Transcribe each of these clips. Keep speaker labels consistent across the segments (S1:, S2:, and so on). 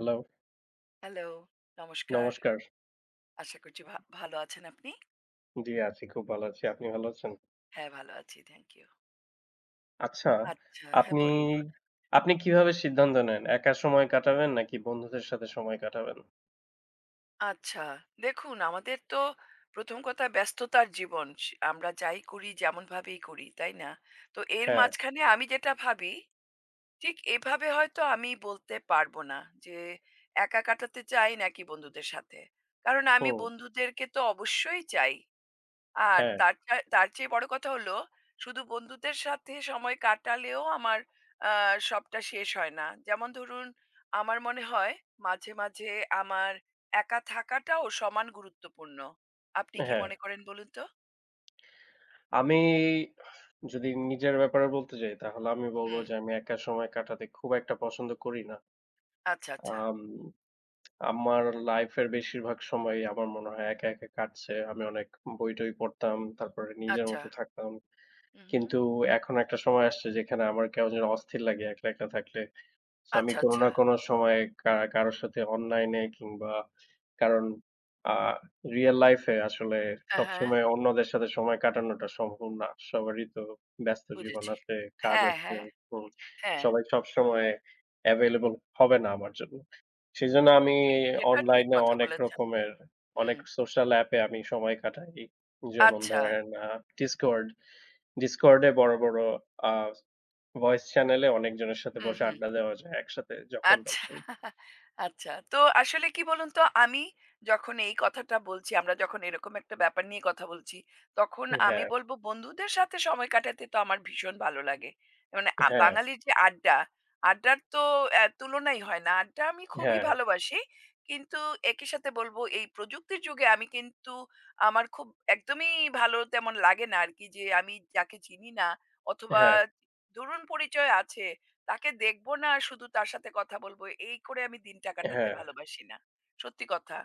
S1: Hello,
S2: hello, নমস্কার।
S1: নমস্কার।
S2: আশা করছি ভালো আছেন আপনি?
S1: জি, আছি। খুব ভালো আছি। আপনি ভালো আছেন?
S2: হ্যাঁ, ভালো আছি। Thank you.
S1: আচ্ছা,
S2: আচ্ছা, হ্যাঁ
S1: আপনি
S2: বলুন, বলুন।
S1: আপনি কিভাবে সিদ্ধান্ত নেন? একা সময় কাটাবেন নাকি বন্ধুদের সাথে সময় কাটাবেন?
S2: আচ্ছা, দেখুন আমাদের তো ১ম কথা ব্যস্ততার জীবন। আমরা যাই করি যেমনভাবেই করি, তাই না? তো এর
S1: হ্যাঁ,
S2: মাঝখানে আমি যেটা ভাবি, ঠিক এভাবে হয়তো আমি বলতে পারব না যে একা কাটাতে চাই নাকি বন্ধুদের সাথে। কারণ আমি
S1: হুম,
S2: বন্ধুদেরকে তো অবশ্যই চাই। আর
S1: হ্যাঁ,
S2: তার চেয়ে বড় কথা হলো, শুধু বন্ধুদের সাথে সময় কাটালেও আমার আ সবটা শেষ হয় না। যেমন ধরুন, আমার মনে হয় মাঝে, মাঝে আমার একা থাকাটাও সমান গুরুত্বপূর্ণ। আপনি কি
S1: হ্যাঁ।
S2: মনে করেন বলুন তো?
S1: আমি যদি নিজের ব্যাপারে বলতে যাই তাহলে আমি বলব
S2: হুম।
S1: যে আমি একা সময় কাটাতে খুব একটা পছন্দ করি না।
S2: আচ্ছা, আচ্ছা,
S1: আম আমার লাইফের বেশিরভাগ সময়ই আমার মনে হয় একা, একা কাটছে। আমি অনেক বই-টই পড়তাম, তারপরে নিজের
S2: আচ্ছা।
S1: মতো থাকতাম।
S2: হুম, হুম।
S1: কিন্তু এখন একটা সময় আসছে যেখানে আমার কেমন যেন অস্থির লাগে একলা, একলা থাকলে। সো আমি
S2: আচ্ছা,
S1: কোনো
S2: আচ্ছা।
S1: না কোনো সময়ে কারো সাথে অনলাইনে কিংবা কারণ আ রিয়াল লাইফ এ আসলে
S2: হ্যাঁ, হ্যাঁ,
S1: সবসময় অন্যদের সাথে সময় কাটানোটা সম্ভব না। সবারই তো ব্যস্ত জীবন
S2: বুঝেছি।
S1: আছে, কাজ
S2: হ্যাঁ,
S1: আছে।
S2: হ্যাঁ,
S1: হুম,
S2: হ্যাঁ।
S1: সবাই সবসময় available হবে না আমার জন্য। সেজন্য আমি
S2: সেটা ঠিক
S1: অনলাইনে
S2: কথা
S1: অনেক
S2: বলেছেন।
S1: রকমের অনেক
S2: হুম।
S1: সোশ্যাল অ্যাপ এ আমি সময় কাটাই। যেমন
S2: আচ্ছা।
S1: ধরেন Discord Discord এ বড়, বড় আ ভয়েস চ্যানেলে অনেকজনের সাথে
S2: হুম,
S1: বসে
S2: হুম।
S1: আড্ডা দেওয়া যায় একসাথে যখন
S2: আচ্ছা,
S1: তখন।
S2: আচ্ছা। তো আসলে কি বলুন তো, আমি যখন এই কথাটা বলছি, আমরা যখন এরকম একটা ব্যাপার নিয়ে কথা বলছি, তখন আমি
S1: হ্যাঁ,
S2: বলব বন্ধুদের সাথে সময় কাটাতে তো আমার ভীষণ ভালো লাগে। মানে
S1: হ্যাঁ,
S2: বাঙালির যে আড্ডা, আড্ডার তো তুলনাই হয় না। আড্ডা আমি খুবই
S1: হ্যাঁ,
S2: ভালোবাসি। কিন্তু একই সাথে বলব এই প্রযুক্তির যুগে আমি কিন্তু আমার খুব একদমই ভালো তেমন লাগে না আরকি যে আমি যাকে চিনি না অথবা
S1: হ্যাঁ,
S2: ধরুন পরিচয় আছে। তাকে দেখবো না আর শুধু তার সাথে কথা বলবো। এই করে আমি দিনটা কাটাতে
S1: হ্যাঁ।
S2: ভালোবাসি না। সত্যি কথা।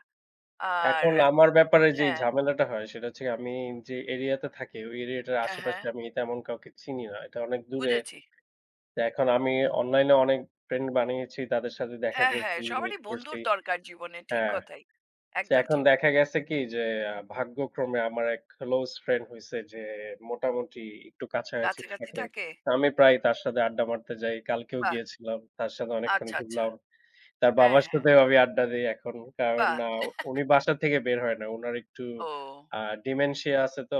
S2: আর
S1: এখন আমার ব্যাপারে যেই
S2: হ্যাঁ,
S1: ঝামেলাটা হয় সেটা হচ্ছে গিয়ে আমি যে এরিয়াতে থাকি ওই এরিয়াটার
S2: হ্যাঁ, হ্যাঁ,
S1: আশেপাশে আমি তেমন কাউকে চিনি না। এটা অনেক দূরে।
S2: বুঝেছি।
S1: তো এখন আমি অনলাইনে অনেক ফ্রেন্ড বানিয়েছি। তাদের সাথে দেখা
S2: হ্যাঁ,
S1: করছি,
S2: হ্যাঁ,
S1: মিট
S2: সবারই
S1: করছি।
S2: বন্ধুর দরকার জীবনে। ঠিক
S1: হ্যাঁ।
S2: কথাই।
S1: যে
S2: একদম
S1: এখন
S2: ঠিক।
S1: দেখা গেছে কি যে ভাগ্যক্রমে আমার এক ক্লোজ ফ্রেন্ড হইছে যে মোটামুটি একটু কাছাকাছি
S2: কাছাকাছি
S1: থাকে।
S2: থাকে?
S1: তা আমি প্রায় তার সাথে আড্ডা মারতে যাই। কালকেও
S2: বাহ!
S1: গিয়েছিলাম। তার সাথে অনেকক্ষণ
S2: আচ্ছা, আচ্ছা।
S1: ঘুরলাম। তার
S2: হ্যাঁ,
S1: বাবার
S2: হ্যাঁ।
S1: সাথেও আমি আড্ডা দেই এখন। কারণ
S2: বাহ!
S1: উনি বাসা থেকে বের হয় না। উনার একটু
S2: ও,
S1: আ ডিমেনশিয়া আছে তো।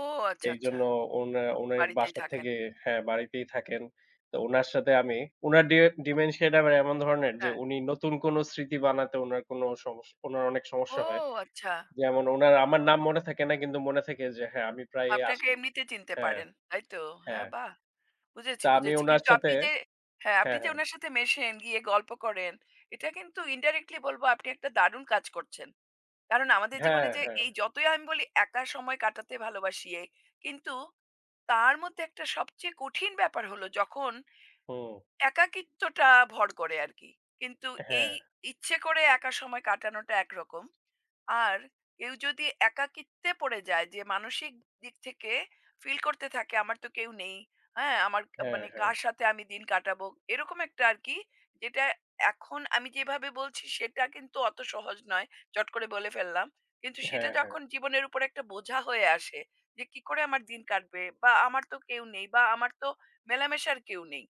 S2: ও আচ্ছা, আচ্ছা।
S1: এইজন্য উনি
S2: বাড়িতেই
S1: বাসা
S2: থাকেন।
S1: থেকে হ্যাঁ, বাড়িতেই থাকেন। তো উনার সাথে আমি উনার ডি
S2: ও,
S1: ডিমেনশিয়াটা আবার এমন ধরনের যে
S2: হ্যাঁ।
S1: উনি নতুন কোন স্মৃতি বানাতে উনার অনেক সমস্যা
S2: ও
S1: হয়।
S2: আচ্ছা।
S1: যেমন উনার আমার নাম মনে থাকে না কিন্তু মনে থাকে যে হ্যাঁ, আমি প্রায়ই
S2: আপনাকে
S1: আসি।
S2: এমনিতে চিনতে
S1: হ্যাঁ,
S2: পারেন। তাই তো? হ্যাঁ,
S1: হ্যাঁ।
S2: বাহ! বুঝেছি,
S1: তা আমি
S2: বুঝেছি।
S1: উনার
S2: কিন্তু
S1: সাথে
S2: আপনি যে হ্যাঁ, আপনি
S1: হ্যাঁ,
S2: যে
S1: হ্যাঁ।
S2: উনার সাথে মেশেন, গিয়ে গল্প করেন, এটা কিন্তু indirectly বলব আপনি একটা দারুণ কাজ করছেন। কারণ আমাদের
S1: হ্যাঁ,
S2: জীবনে যে
S1: হ্যাঁ।
S2: এই যতই আমি বলি একা সময় কাটাতে ভালোবাসি এ, কিন্তু তার মধ্যে একটা সবচেয়ে কঠিন ব্যাপার হলো যখন
S1: হুম।
S2: একাকিত্বটা ভর করে আরকি। কিন্তু এই
S1: হ্যাঁ,
S2: ইচ্ছে করে একা সময় কাটানোটা একরকম। আর কেউ যদি একাকিত্বে পড়ে যায় যে মানসিক দিক থেকে ফিল করতে থাকে আমার তো কেউ নেই হ্যাঁ আমার
S1: হ্যাঁ,
S2: মানে
S1: হ্যাঁ।
S2: কার সাথে আমি দিন কাটাবো এরকম একটা আর কি যেটা এখন আমি যেভাবে বলছি সেটা কিন্তু অত সহজ নয় চট করে বলে ফেললাম কিন্তু সেটা
S1: হ্যাঁ, হ্যাঁ।
S2: যখন জীবনের উপর একটা বোঝা হয়ে আসে যে কি করে আমার দিন কাটবে বা আমার তো কেউ নেই বা আমার তো মেলামেশার কেউ নেই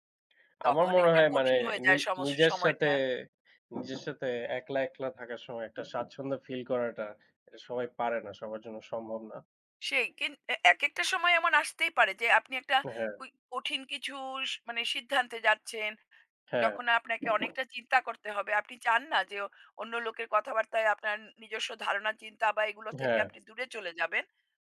S1: আমার
S2: তখন
S1: মনে
S2: একটা
S1: হয় মানে
S2: কঠিন হয়ে
S1: নি
S2: যায়
S1: নিজের সাথে
S2: সময়টা
S1: নিজের সাথে একলা, একলা থাকার সময় একটা স্বাচ্ছন্দ্য ফিল করাটা এটা সবাই পারে না। সবার জন্য সম্ভব না।
S2: সেই কিন এ একেকটা সময় এমন আসতেই পারে যে আপনি একটা
S1: হ্যাঁ,
S2: কুই কঠিন কিছু মানে সিদ্ধান্তে যাচ্ছেন,
S1: হ্যাঁ,
S2: যখন আপনাকে অনেকটা চিন্তা করতে হবে। আপনি চান না যে অন্য লোকের কথাবার্তায় আপনার নিজস্ব ধারণা, চিন্তা বা এগুলো থেকে
S1: হ্যাঁ,
S2: আপনি দূরে চলে যাবেন।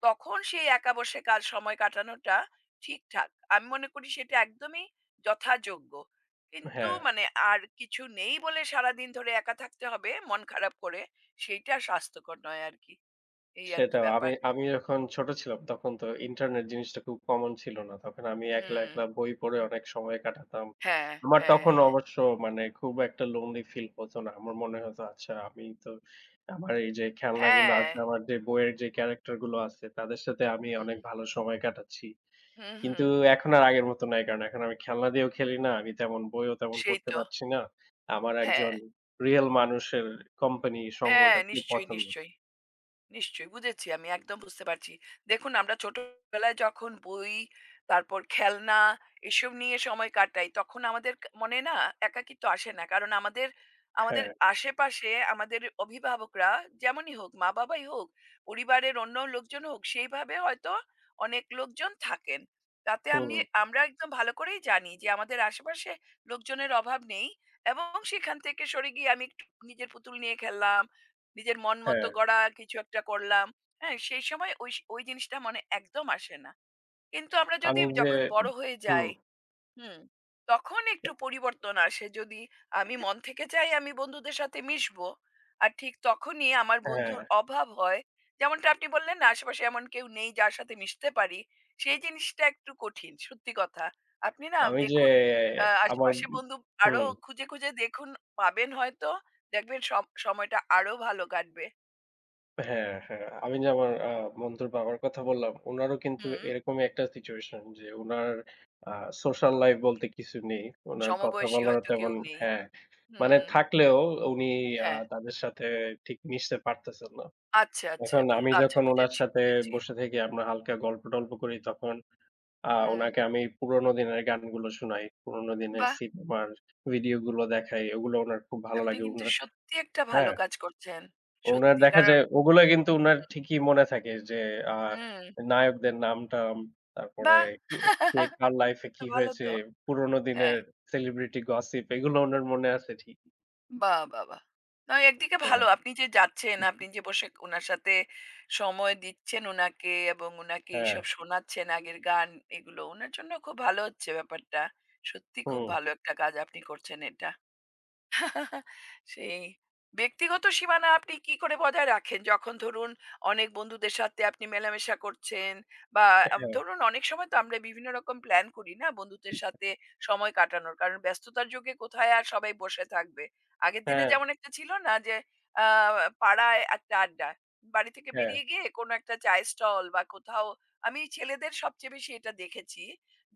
S2: তখন সেই একা বসে সময় কাটানোটা ঠিকঠাক। আমি মনে করি সেটা একদমই যথাযোগ্য। কিন্তু
S1: হ্যাঁ।
S2: মানে আর কিছু নেই বলে সারাদিন ধরে একা থাকতে হবে মন খারাপ করে, সেইটা স্বাস্থ্যকর নয় আরকি। এই আরকি
S1: সেটাও। আমি
S2: ব্যাপার।
S1: আমি যখন ছোট ছিলাম তখন তো ইন্টারনেট জিনিসটা খুব কমন ছিল না। তখন আমি একলা,
S2: হুম।
S1: একলা বই পড়ে অনেক সময় কাটাতাম।
S2: হ্যাঁ,
S1: আমার
S2: হ্যাঁ,
S1: তখন
S2: হ্যাঁ,
S1: অবশ্য মানে খুব একটা লোনলি ফিল হতো না। আমার মনে হতো আচ্ছা আমি তো আমার এই যে খেলনাগুলো
S2: হ্যাঁ।
S1: আছে, আমার যে বইয়ের যে ক্যারেক্টার গুলো আছে তাদের সাথে আমি
S2: হুম,
S1: অনেক ভালো সময় কাটাচ্ছি।
S2: হুম,
S1: কিন্তু
S2: হুম।
S1: এখন আর আগের মতো নাই। কারণ এখন আমি খেলনা দিয়েও খেলি না। আমি তেমন বইও তেমন
S2: সেই
S1: পড়তে
S2: তো।
S1: পারছি না। আমার
S2: হ্যাঁ,
S1: একজন রিয়াল মানুষের কোম্পানি
S2: হ্যাঁ,
S1: সঙ্গটা খুব
S2: নিশ্চয়ই,
S1: পছন্দ।
S2: নিশ্চয়ই। নিশ্চয়ই বুঝেছি। আমি একদম বুঝতে পারছি। দেখুন আমরা ছোটবেলায় যখন বই, তারপর খেলনা এসব নিয়ে সময় কাটাই তখন আমাদের ক মনে না একাকিত্ব আসে না। কারণ আমাদের
S1: হ্যাঁ,
S2: আশেপাশে আমাদের অভিভাবকরা যেমনই হোক, মা-বাবাই হোক, পরিবারের অন্য লোকজন হোক সেইভাবে হয়তো অনেক লোকজন থাকেন। তাতে
S1: হুম,
S2: আমি আমরা একদম ভালো করেই জানি যে আমাদের আশেপাশে লোকজনের অভাব নেই এবং সেখান থেকে সরে গিয়ে আমি একটু নিজের পুতুল নিয়ে খেললাম নিজের মন মতো
S1: হ্যাঁ।
S2: গড়া কিছু একটা করলাম। হ্যাঁ? সেই সময় ওই ওই জিনিসটা মনে একদম আসে না। কিন্তু আমরা
S1: আমি যে
S2: যখন বড় হয়ে
S1: হুম,
S2: যাই, হুম, তখন একটু পরিবর্তন আসে। যদি আমি মন থেকে চাই আমি বন্ধুদের সাথে মিশবো, আর ঠিক তখনই আমার
S1: হ্যাঁ,
S2: বন্ধুর অভাব হয়। যেমনটা আপনি বললেন না, আশেপাশে এমন কেউ নেই যার সাথে মিশতে পারি। সেই জিনিসটা একটু কঠিন, সত্যি কথা। আপনি না
S1: আমি যে
S2: দেখুন
S1: আমার
S2: আশেপাশে বন্ধু আরো
S1: হুম,
S2: খুঁজে, খুঁজে দেখুন, পাবেন হয়তো। দেখবেন সব সময়টা আরো ভালো কাটবে।
S1: হ্যাঁ, হ্যাঁ। আমি যে আমার বন্ধুর বাবার কথা বললাম, উনারও কিন্তু
S2: হুম,
S1: এরকমই একটা সিচুয়েশন যে উনার আ সোশ্যাল লাইফ বলতে কিছু নেই। উনার কথা
S2: সমবয়সী
S1: বলার
S2: হয়তো
S1: তেমন
S2: কেউ নেই।
S1: হ্যাঁ, মানে
S2: হুম,
S1: থাকলেও উনি
S2: হ্যাঁ।
S1: তাদের সাথে ঠিক মিশতে পারতেছেন না।
S2: আচ্ছা, আচ্ছা,
S1: এখন আমি
S2: আচ্ছা
S1: যখন উনার
S2: বুঝেছি,
S1: সাথে
S2: বুঝেছি।
S1: বসে থেকে আমরা হালকা গল্প-টল্প করি তখন আ
S2: হুম,
S1: উনাকে আমি পুরোনো দিনের গানগুলো শোনাই। পুরোনো দিনের
S2: বাহ!
S1: সিনেমার ভিডিওগুলো দেখাই। ওগুলো উনার খুব ভালো
S2: আপনি
S1: লাগে
S2: কিন্তু
S1: উনার
S2: সত্যি একটা ভালো
S1: হ্যাঁ,
S2: কাজ করছেন।
S1: উনার
S2: সত্যি
S1: দেখা
S2: কারণ
S1: যায় ওগুলা কিন্তু উনার
S2: হুম,
S1: ঠিকই মনে থাকে যে আ
S2: হুম,
S1: নায়কদের নাম-টাম, তারপরে
S2: বাহ!
S1: কে কে কার লাইফে
S2: সে তো
S1: কি
S2: ভালো
S1: হয়েছে,
S2: তো।
S1: পুরোনো
S2: হ্যাঁ,
S1: দিনের সেলিব্রিটি গসিপ এগুলো উনার মনে আছে ঠিকই।
S2: বাহ! বাহ! বাহ! নয় একদিকে
S1: হ্যাঁ,
S2: ভালো আপনি যে যাচ্ছেন, আপনি যে বসে উনার সাথে সময় দিচ্ছেন উনাকে এবং উনাকে
S1: হ্যাঁ,
S2: এইসব শোনাচ্ছেন আগের গান এগুলো উনার জন্য খুব ভালো হচ্ছে ব্যাপারটা। সত্যি খুব
S1: হুম,
S2: ভালো একটা কাজ আপনি করছেন এটা। সেই ব্যক্তিগত সীমানা আপনি কি করে বজায় রাখেন? যখন ধরুন অনেক বন্ধুদের সাথে আপনি মেলামেশা করছেন বা আম
S1: হ্যাঁ,
S2: ধরুন অনেক সময় তো আমরা বিভিন্ন রকম প্ল্যান করি না বন্ধুদের সাথে সময় কাটানোর। কারণ ব্যস্ততার যুগে কোথায় আর সবাই বসে থাকবে। আগের দিনে
S1: হ্যাঁ,
S2: যেমন একটা ছিল না যে আ পাড়ায় একটা আড্ডা। বাড়ি থেকে
S1: হ্যাঁ,
S2: বেরিয়ে গিয়ে কোনো একটা চায়ের স্টল বা কোথাও আমি ছেলেদের সবচেয়ে বেশি এটা দেখেছি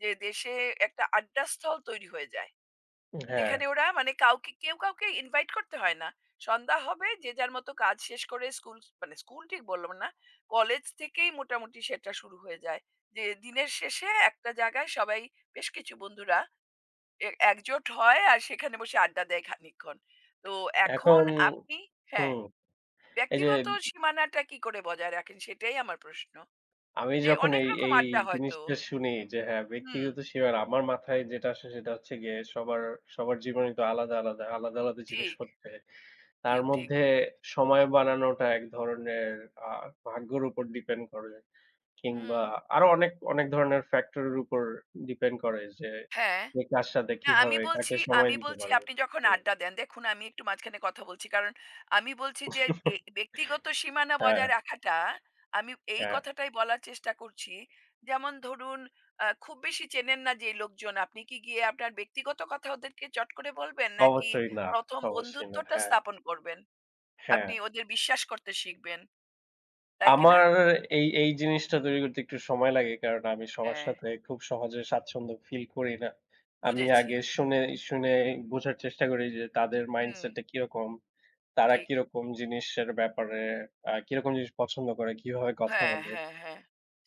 S2: যে দেশে একটা আড্ডা স্থল তৈরি হয়ে যায়।
S1: হ্যাঁ।
S2: যেখানে ওরা মানে কাউকে কেউ কাউকে ইনভাইট করতে হয় না। সন্ধ্যা হবে যে যার মতো কাজ শেষ করে স্কুল মানে স্কুল ঠিক বললাম না। কলেজ থেকেই মোটামুটি সেটা শুরু হয়ে যায়। যে দিনের শেষে একটা জায়গায় সবাই বেশ কিছু বন্ধুরা একজোট হয় আর সেখানে বসে আড্ডা দেয় খানিকক্ষণ। তো এখন
S1: এখন
S2: আপনি হ্যাঁ,
S1: হুম, এই যে
S2: ব্যক্তিগত সীমানাটা কি করে বজায় রাখেন সেটাই আমার প্রশ্ন।
S1: আমি
S2: যে
S1: যখন
S2: অনেক
S1: এই,
S2: রকম
S1: এই
S2: আড্ডা হয়তো।
S1: জিনিসটা শুনি যে হ্যাঁ,
S2: হুম,
S1: ব্যক্তিগত সীমানা আমার মাথায় যেটা আসে সেটা হচ্ছে গিয়ে সবার জীবনেই তো আলাদা, আলাদা, আলাদা, আলাদা জিনিস
S2: ঠিক,
S1: হচ্ছে। তার
S2: ঠিক, ঠিক।
S1: মধ্যে সময় বানানোটা এক ধরনের আ ভাগ্যের উপর ডিপেন্ড করে
S2: হুম,
S1: কিংবা আরো অনেক, অনেক ধরনের ফ্যাক্টর এর উপর ডিপেন্ড করে যে
S2: হ্যাঁ।
S1: কে কার সাথে
S2: না আমি
S1: কিভাবে
S2: বলছি
S1: কাকে সময় দিতে পারবে।
S2: আপনি যখন
S1: হুম।
S2: আড্ডা দেন দেখুন আমি একটু মাঝখানে কথা বলছি কারণ আমি বলছি যে ব্যক্তিগত সীমানা
S1: হ্যাঁ,
S2: বজায় রাখাটা আমি এই
S1: হ্যাঁ।
S2: কথাটাই বলার চেষ্টা করছি যেমন ধরুন আহ, খুব বেশি চেনেন না যে লোকজন আপনি কি গিয়ে আপনার ব্যক্তিগত কথা ওদেরকে চট করে বলবেন নাকি
S1: অবশ্যই না,
S2: প্রথম
S1: অবশ্যই না।
S2: বন্ধুত্বটা
S1: হ্যাঁ,
S2: স্থাপন করবেন
S1: হ্যাঁ।
S2: আপনি ওদের বিশ্বাস করতে শিখবেন তাই কি না
S1: আমার এই জিনিসটা তৈরি করতে একটু সময় লাগে। কারণ আমি সবার
S2: হ্যাঁ
S1: সাথে খুব সহজে স্বাচ্ছন্দ্য ফিল করি না। আমি
S2: বুঝেছি
S1: আগে শুনে বোঝার চেষ্টা করি যে তাদের
S2: হুম
S1: মাইন্ডসেটটা কিরকম, তারা
S2: ঠিক
S1: কিরকম জিনিসের ব্যাপারে কিরকম জিনিস পছন্দ করে, কিভাবে কথা
S2: হ্যাঁ
S1: বলে।
S2: হ্যাঁ হ্যাঁ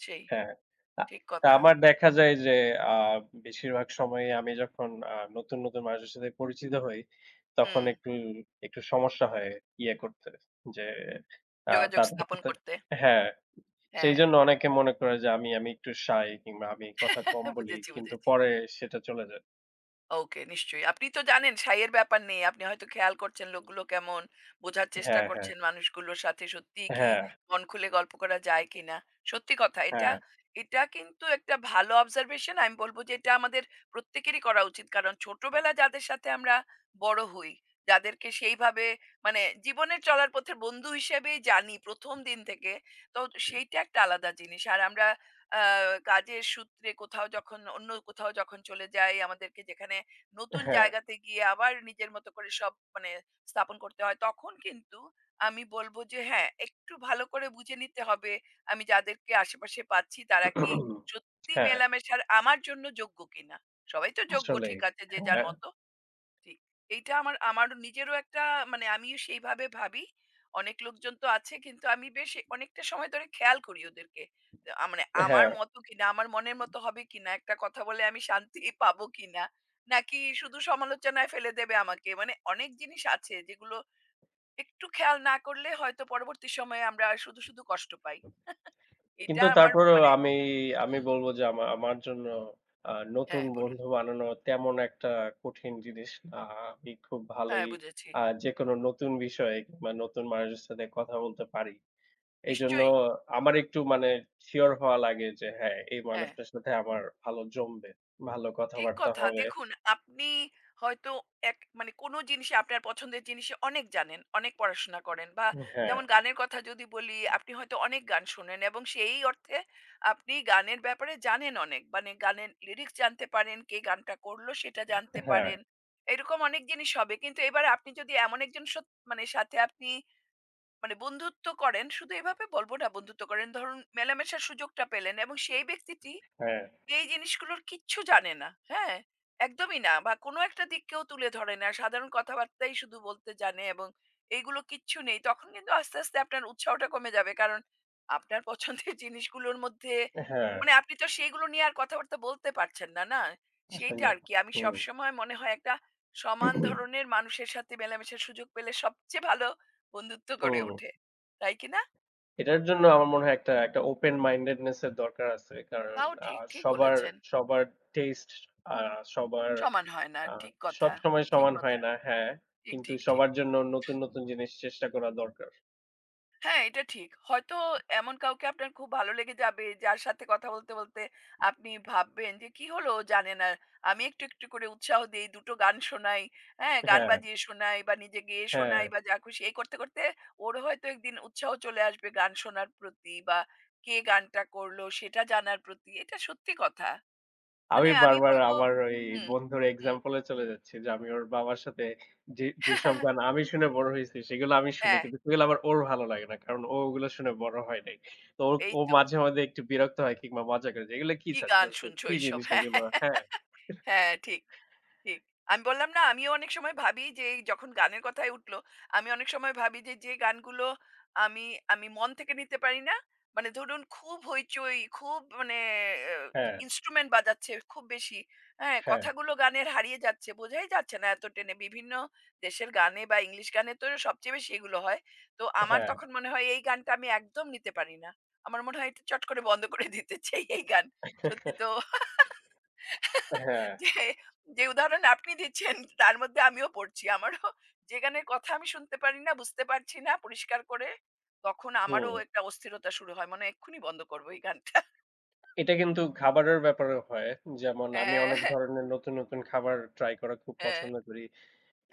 S2: সেই
S1: হ্যাঁ। আ
S2: ঠিক
S1: তা
S2: কথা
S1: আমার দেখা যায় যে আ বেশিরভাগ সময়ে আমি যখন নতুন, নতুন মানুষের সাথে পরিচিত হই, তখন
S2: হুম
S1: একটু সমস্যা হয় ইয়ে করতে যে
S2: যোগাযোগ
S1: তাদের
S2: স্থাপন করতে
S1: হ্যাঁ।
S2: হ্যাঁ
S1: সেইজন্য অনেকে মনে করে যে আমি আমি একটু shy কিংবা আমি কথা কম বলি।
S2: বুঝেছি,
S1: কিন্তু
S2: বুঝেছি।
S1: পরে সেটা চলে যায়।
S2: ওকে নিশ্চয়ই। আপনি তো জানেন সাইয়ের ব্যাপার নেই। আপনি হয়তো খেয়াল করছেন লোকগুলো কেমন, বোঝার চেষ্টা
S1: হ্যাঁ, হ্যাঁ।
S2: করছেন মানুষগুলোর সাথে সত্যিই কি
S1: হ্যাঁ,
S2: মন খুলে গল্প করা যায় কিনা। সত্যি কথা এটা,
S1: হ্যাঁ,
S2: এটা কিন্তু একটা ভালো observation আমি বলব যে এটা আমাদের প্রত্যেকেরই করা উচিত। কারণ ছোটবেলা যাদের সাথে আমরা বড় হই, যাদেরকে সেইভাবে মানে জীবনের চলার পথের বন্ধু হিসেবেই জানি ১ম দিন থেকে, তো সেইটা একটা আলাদা জিনিস। আর আমরা আ কাজের সূত্রে কোথাও যখন অন্য কোথাও যখন চলে যাই, আমাদেরকে যেখানে নতুন
S1: হ্যাঁ।
S2: জায়গাতে গিয়ে আবার নিজের মতো করে সব মানে স্থাপন করতে হয় তখন কিন্তু আমি বলব যে হ্যাঁ, একটু ভালো করে বুঝে নিতে হবে আমি যাদেরকে আশেপাশে পাচ্ছি তারা কি সত্যি
S1: হ্যাঁ,
S2: মেলামেশার আমার জন্য যোগ্য কিনা? সবাই তো যোগ্য
S1: আসলেই।
S2: ঠিক আছে যে যার
S1: হ্যাঁ,
S2: মতো। ঠিক। এইটা আমার আমার নিজেরও একটা মানে আমিও সেইভাবে ভাবি। অনেক লোকজন তো আছে কিন্তু আমি বেশ অনেকটা সময় ধরে খেয়াল করি ওদেরকে। তো আ মানে আমার
S1: হ্যাঁ।
S2: মতো কিনা, আমার মনের মতো হবে কিনা, একটা কথা বলে আমি শান্তি পাবো কিনা, নাকি শুধু সমালোচনায় ফেলে দেবে আমাকে। মানে অনেক জিনিস আছে যেগুলো একটু খেয়াল না করলে হয়তো পরবর্তী সময়ে আমরা শুধু, শুধু কষ্ট পাই। এটা
S1: কিন্তু
S2: আমার
S1: তারপরেও
S2: মানে
S1: আমি আমি
S2: হুম,
S1: বলব যে আমার জন্য আ নতুন
S2: হ্যাঁ বলুন।
S1: বন্ধু বানানো তেমন একটা কঠিন জিনিস না। আমি খুব
S2: হ্যাঁ
S1: ভালোই
S2: বুঝেছি।
S1: যেকোনো নতুন বিষয়ে কিংবা নতুন মানুষের সাথে কথা বলতে পারি। এইজন্য
S2: নিশ্চয়ই।
S1: আমার একটু মানে সিওর হওয়া লাগে যে হ্যাঁ, এই
S2: হ্যাঁ।
S1: মানুষটার সাথে আমার ভালো জমবে। ভালো
S2: ঠিক
S1: কথাবার্তা
S2: কথা।
S1: হবে।
S2: দেখুন আপনি হয়তো এক মানে কোনো জিনিসে আপনার পছন্দের জিনিসে অনেক জানেন, অনেক পড়াশোনা করেন বা
S1: হুম। হ্যাঁ,
S2: যেমন গানের কথা যদি বলি, আপনি হয়তো অনেক গান শোনেন এবং সেই অর্থে আপনি গানের ব্যাপারে জানেন অনেক। মানে গানের লিরিক্স জানতে পারেন, কে গানটা করলো সেটা জানতে
S1: হ্যাঁ,
S2: পারেন। এরকম অনেক জিনিস হবে। কিন্তু এবার আপনি যদি এমন একজন মানে সাথে আপনি মানে বন্ধুত্ব করেন, শুধু এভাবে বলব না বন্ধুত্ব করেন। ধরুন মেলামেশার সুযোগটা পেলেন এবং সেই ব্যক্তিটি
S1: হ্যাঁ,
S2: এই জিনিসগুলোর কিচ্ছু জানে না। হ্যাঁ? একদমই না। বা কোনো একটা দিক কেউ তুলে ধরে না। সাধারণ কথাবার্তাই শুধু বলতে জানে এবং এইগুলো কিচ্ছু নেই। তখন কিন্তু আস্তে, আস্তে আপনার উৎসাহটা কমে যাবে। কারণ আপনার পছন্দের জিনিসগুলোর মধ্যে
S1: হ্যাঁ,
S2: মানে আপনি তো সেইগুলো নিয়ে আর কথাবার্তা বলতে পারছেন না, না? সেইটা
S1: আসলে।
S2: আরকি। আমি
S1: হুম,
S2: সবসময় মনে হয় একটা সমান ধরনের মানুষের সাথে মেলামেশার সুযোগ পেলে সবচেয়ে ভালো বন্ধুত্ব গড়ে
S1: হুম।
S2: ওঠে। তাই কি না?
S1: এটার জন্য আমার মনে হয় একটা একটা ওপেন মাইন্ডেডনেস এর দরকার আছে। কারণ
S2: তাও
S1: আ
S2: ঠিক, ঠিক
S1: সবার
S2: বলেছেন।
S1: সবার টেস্ট আ সবার
S2: সমান হয় না।
S1: আ
S2: ঠিক কথা।
S1: সবসময়
S2: ঠিক
S1: সমান হয়
S2: কথা।
S1: না। হ্যাঁ,
S2: ঠিক,
S1: কিন্তু
S2: ঠিক, ঠিক।
S1: সবার জন্য নতুন, নতুন জিনিস চেষ্টা করা দরকার।
S2: হ্যাঁ, এটা ঠিক। হয়তো এমন কাউকে আপনার খুব ভালো লেগে যাবে, যার সাথে কথা বলতে, বলতে আপনি ভাববেন যে, "কি হলো? ও জানে না।" আমি একটু, একটু করে উৎসাহ দেই, দুটো গান শোনাই, হ্যাঁ? গান
S1: হ্যাঁ,
S2: বাজিয়ে শোনাই বা নিজে গেয়ে
S1: হ্যাঁ।
S2: শোনাই বা যা খুশি। এই করতে, করতে ওর হয়তো একদিন উৎসাহ চলে আসবে গান শোনার প্রতি বা কে গানটা করলো সেটা জানার প্রতি। এটা সত্যি কথা।
S1: আমি
S2: মানে আমি
S1: বারবার
S2: বলব
S1: আমার ওই
S2: হুম,
S1: বন্ধুর
S2: হুম।
S1: এক্সাম্পল এ চলে যাচ্ছি যে আমি ওর বাবার সাথে যেসব গান আমি শুনে বড় হইছি সেগুলো আমি শুনি।
S2: হ্যাঁ,
S1: কিন্তু সেগুলো আবার ওর ভালো লাগে না। কারণ ও ওগুলো শুনে বড় হয় নাই। তো ওর
S2: এই
S1: ও
S2: তো।
S1: মাঝে, মাঝে একটু বিরক্ত হয় কিংবা মজা করে যে, "এগুলো কি
S2: "কি গান
S1: ছাড়তেছো?
S2: শুনছো
S1: কি
S2: এইসব?"
S1: জিনিস
S2: হ্যাঁ,
S1: এগুলো?" হ্যাঁ,
S2: হ্যাঁ, ঠিক। ঠিক। আমি বললাম না, আমিও অনেক সময় ভাবি যে এই যখন গানের কথাই উঠলো, আমি অনেক সময় ভাবি যে, যে গানগুলো আমি আমি মন থেকে নিতে পারি না। মানে ধরুন খুব হইচই, খুব মানে অ্যা
S1: হ্যাঁ,
S2: ইন্সট্রুমেন্ট বাজাচ্ছে খুব বেশি। হ্যাঁ?
S1: হ্যাঁ,
S2: কথাগুলো গানের হারিয়ে যাচ্ছে। বোঝাই যাচ্ছে না এত টেনে। বিভিন্ন দেশের গানে বা ইংলিশ গানে তো সবচেয়ে বেশি এগুলো হয়। তো আমার
S1: হ্যাঁ,
S2: তখন মনে হয় এই গানটা আমি একদম নিতে পারি না। আমার মনে হয় এটা চট করে বন্ধ করে দিতে চাই এই গান। সত্যি তো
S1: হ্যাঁ,
S2: যে, যে উদাহরণ আপনি দিচ্ছেন তার মধ্যে আমিও পড়ছি। আমারও যেখানের কথা আমি শুনতে পারি না, বুঝতে পারছি না পরিষ্কার করে, তখন আমারও
S1: হুম।
S2: একটা অস্থিরতা শুরু হয়। মনে হয় এক্ষুনি বন্ধ করব এই গানটা।
S1: এটা কিন্তু খাবারের ব্যাপারেও হয়। যেমন আমি
S2: হ্যাঁ,
S1: অনেক
S2: হ্যাঁ,
S1: ধরনের নতুন, নতুন খাবার ট্রাই করা খুব
S2: হ্যাঁ,
S1: পছন্দ করি।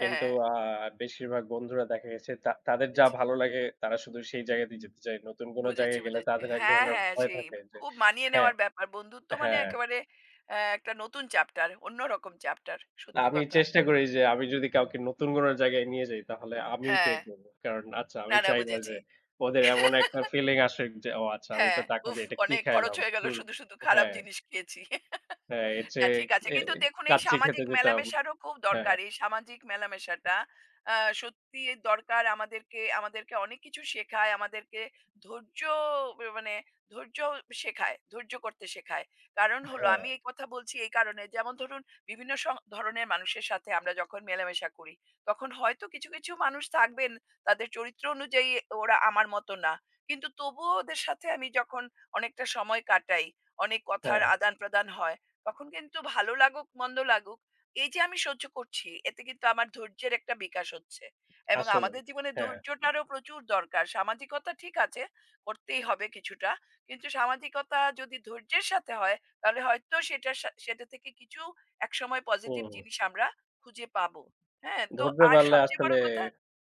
S1: কিন্তু
S2: হ্যাঁ,
S1: বেশিরভাগ বন্ধুরা দেখা গেছে তাদের যা
S2: বুঝেছি,
S1: ভালো লাগে তারা শুধু সেই জায়গাতেই যেতে চায়। নতুন কোন
S2: বুঝেছি,
S1: জায়গায় গেলে
S2: বুঝেছি।
S1: তাদের এক
S2: হ্যাঁ,
S1: ধরনের
S2: হ্যাঁ,
S1: ভয়
S2: সেই
S1: থাকে যে
S2: খুব মানিয়ে
S1: হ্যাঁ,
S2: নেওয়ার ব্যাপার। বন্ধুত্ব মানে
S1: হ্যাঁ।
S2: একেবারে একটা নতুন চ্যাপ্টার, অন্যরকম চ্যাপ্টার।
S1: না
S2: সত্যি
S1: আমি
S2: কথা।
S1: চেষ্টা করি যে আমি যদি কাউকে নতুন কোন জায়গায় নিয়ে যাই তাহলে আমিই পে
S2: হ্যাঁ,
S1: করব। কারণ আচ্ছা
S2: না,
S1: আমি
S2: না
S1: চাই না যে
S2: বুঝেছি।
S1: ওদের এমন একটা ফিলিং আসুক যে ও আচ্ছা আমি তো
S2: হ্যাঁ,
S1: টাকা
S2: উফ!
S1: দিয়ে এটা কি
S2: অনেক খরচ
S1: খাইলাম?
S2: হয়ে গেল
S1: ধুর।
S2: শুধু, শুধু খারাপ
S1: হ্যাঁ,
S2: জিনিস খেয়েছি।
S1: হ্যাঁ এর
S2: না
S1: চেয়ে
S2: ঠিক আছে।
S1: এ
S2: কিন্তু দেখুন এই
S1: কাচ্চি খেতে
S2: সামাজিক
S1: যেতাম।
S2: মেলামেশারও খুব
S1: হ্যাঁ,
S2: দরকার। এই সামাজিক মেলামেশাটা আ সত্যি দরকার আমাদেরকে, আমাদেরকে অনেক কিছু শেখায়, আমাদেরকে ধৈর্য বে মানে ধৈর্য শেখায়, ধৈর্য করতে শেখায়। কারণ হলো
S1: হ্যাঁ,
S2: আমি এই কথা বলছি এই কারণে যেমন ধরুন বিভিন্ন ধরনের মানুষের সাথে আমরা যখন মেলামেশা করি, তখন হয়তো কিছু, কিছু মানুষ থাকবেন তাদের চরিত্র অনুযায়ী ওরা আমার মতো না। কিন্তু তবুও ওদের সাথে আমি যখন অনেকটা সময় কাটাই, অনেক কথার
S1: হ্যাঁ
S2: আদান-প্রদান হয় তখন কিন্তু ভালো লাগুক মন্দ লাগুক, এই যে আমি সহ্য করছি এতে কিন্তু আমার ধৈর্যের একটা বিকাশ হচ্ছে। এবং
S1: আসলেই।
S2: আমাদের জীবনে
S1: হ্যাঁ,
S2: ধৈর্যটারও প্রচুর দরকার। সামাজিকতা ঠিক আছে, করতেই হবে কিছুটা। কিন্তু সামাজিকতা যদি ধৈর্যের সাথে হয় তাহলে হয়তো সেটা সা সেটা থেকে কিছু একসময় পজিটিভ
S1: হুম।
S2: জিনিস আমরা খুঁজে পাবো। হ্যাঁ? তো
S1: ধৈর্য
S2: আর
S1: বাড়লে
S2: সবচেয়ে বড়
S1: আসলে
S2: কথা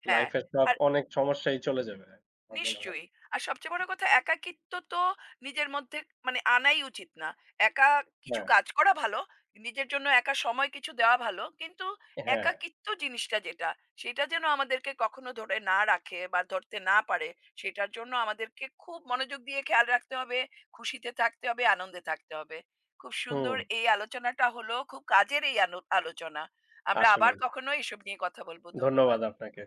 S2: হ্যাঁ।
S1: লাইফ এর সব
S2: আর
S1: অনেক সমস্যাই চলে যাবে। আমার মনে হয়।
S2: নিশ্চয়ই। আর সবচেয়ে বড় কথা একাকিত্ব তো নিজের মধ্যে মানে আনাই উচিত না। একা কিছু
S1: হ্যাঁ,
S2: কাজ করা ভালো, নিজের জন্য একা সময় কিছু দেওয়া ভালো। কিন্তু
S1: হ্যাঁ।
S2: একাকিত্ব জিনিসটা যেটা, সেটা যেন আমাদেরকে কখনো ধরে না রাখে বা ধরতে না পারে, সেটার জন্য আমাদেরকে খুব মনোযোগ দিয়ে খেয়াল রাখতে হবে, খুশিতে থাকতে হবে, আনন্দে থাকতে হবে। খুব
S1: হুম,
S2: সুন্দর এই আলোচনাটা হলো, খুব কাজের এই আলোচনা। আমরা আবার
S1: আসলেই।
S2: কখনো এসব নিয়ে কথা বলব।
S1: ধন্যবাদ
S2: ধন্যবাদ।
S1: আপনাকে।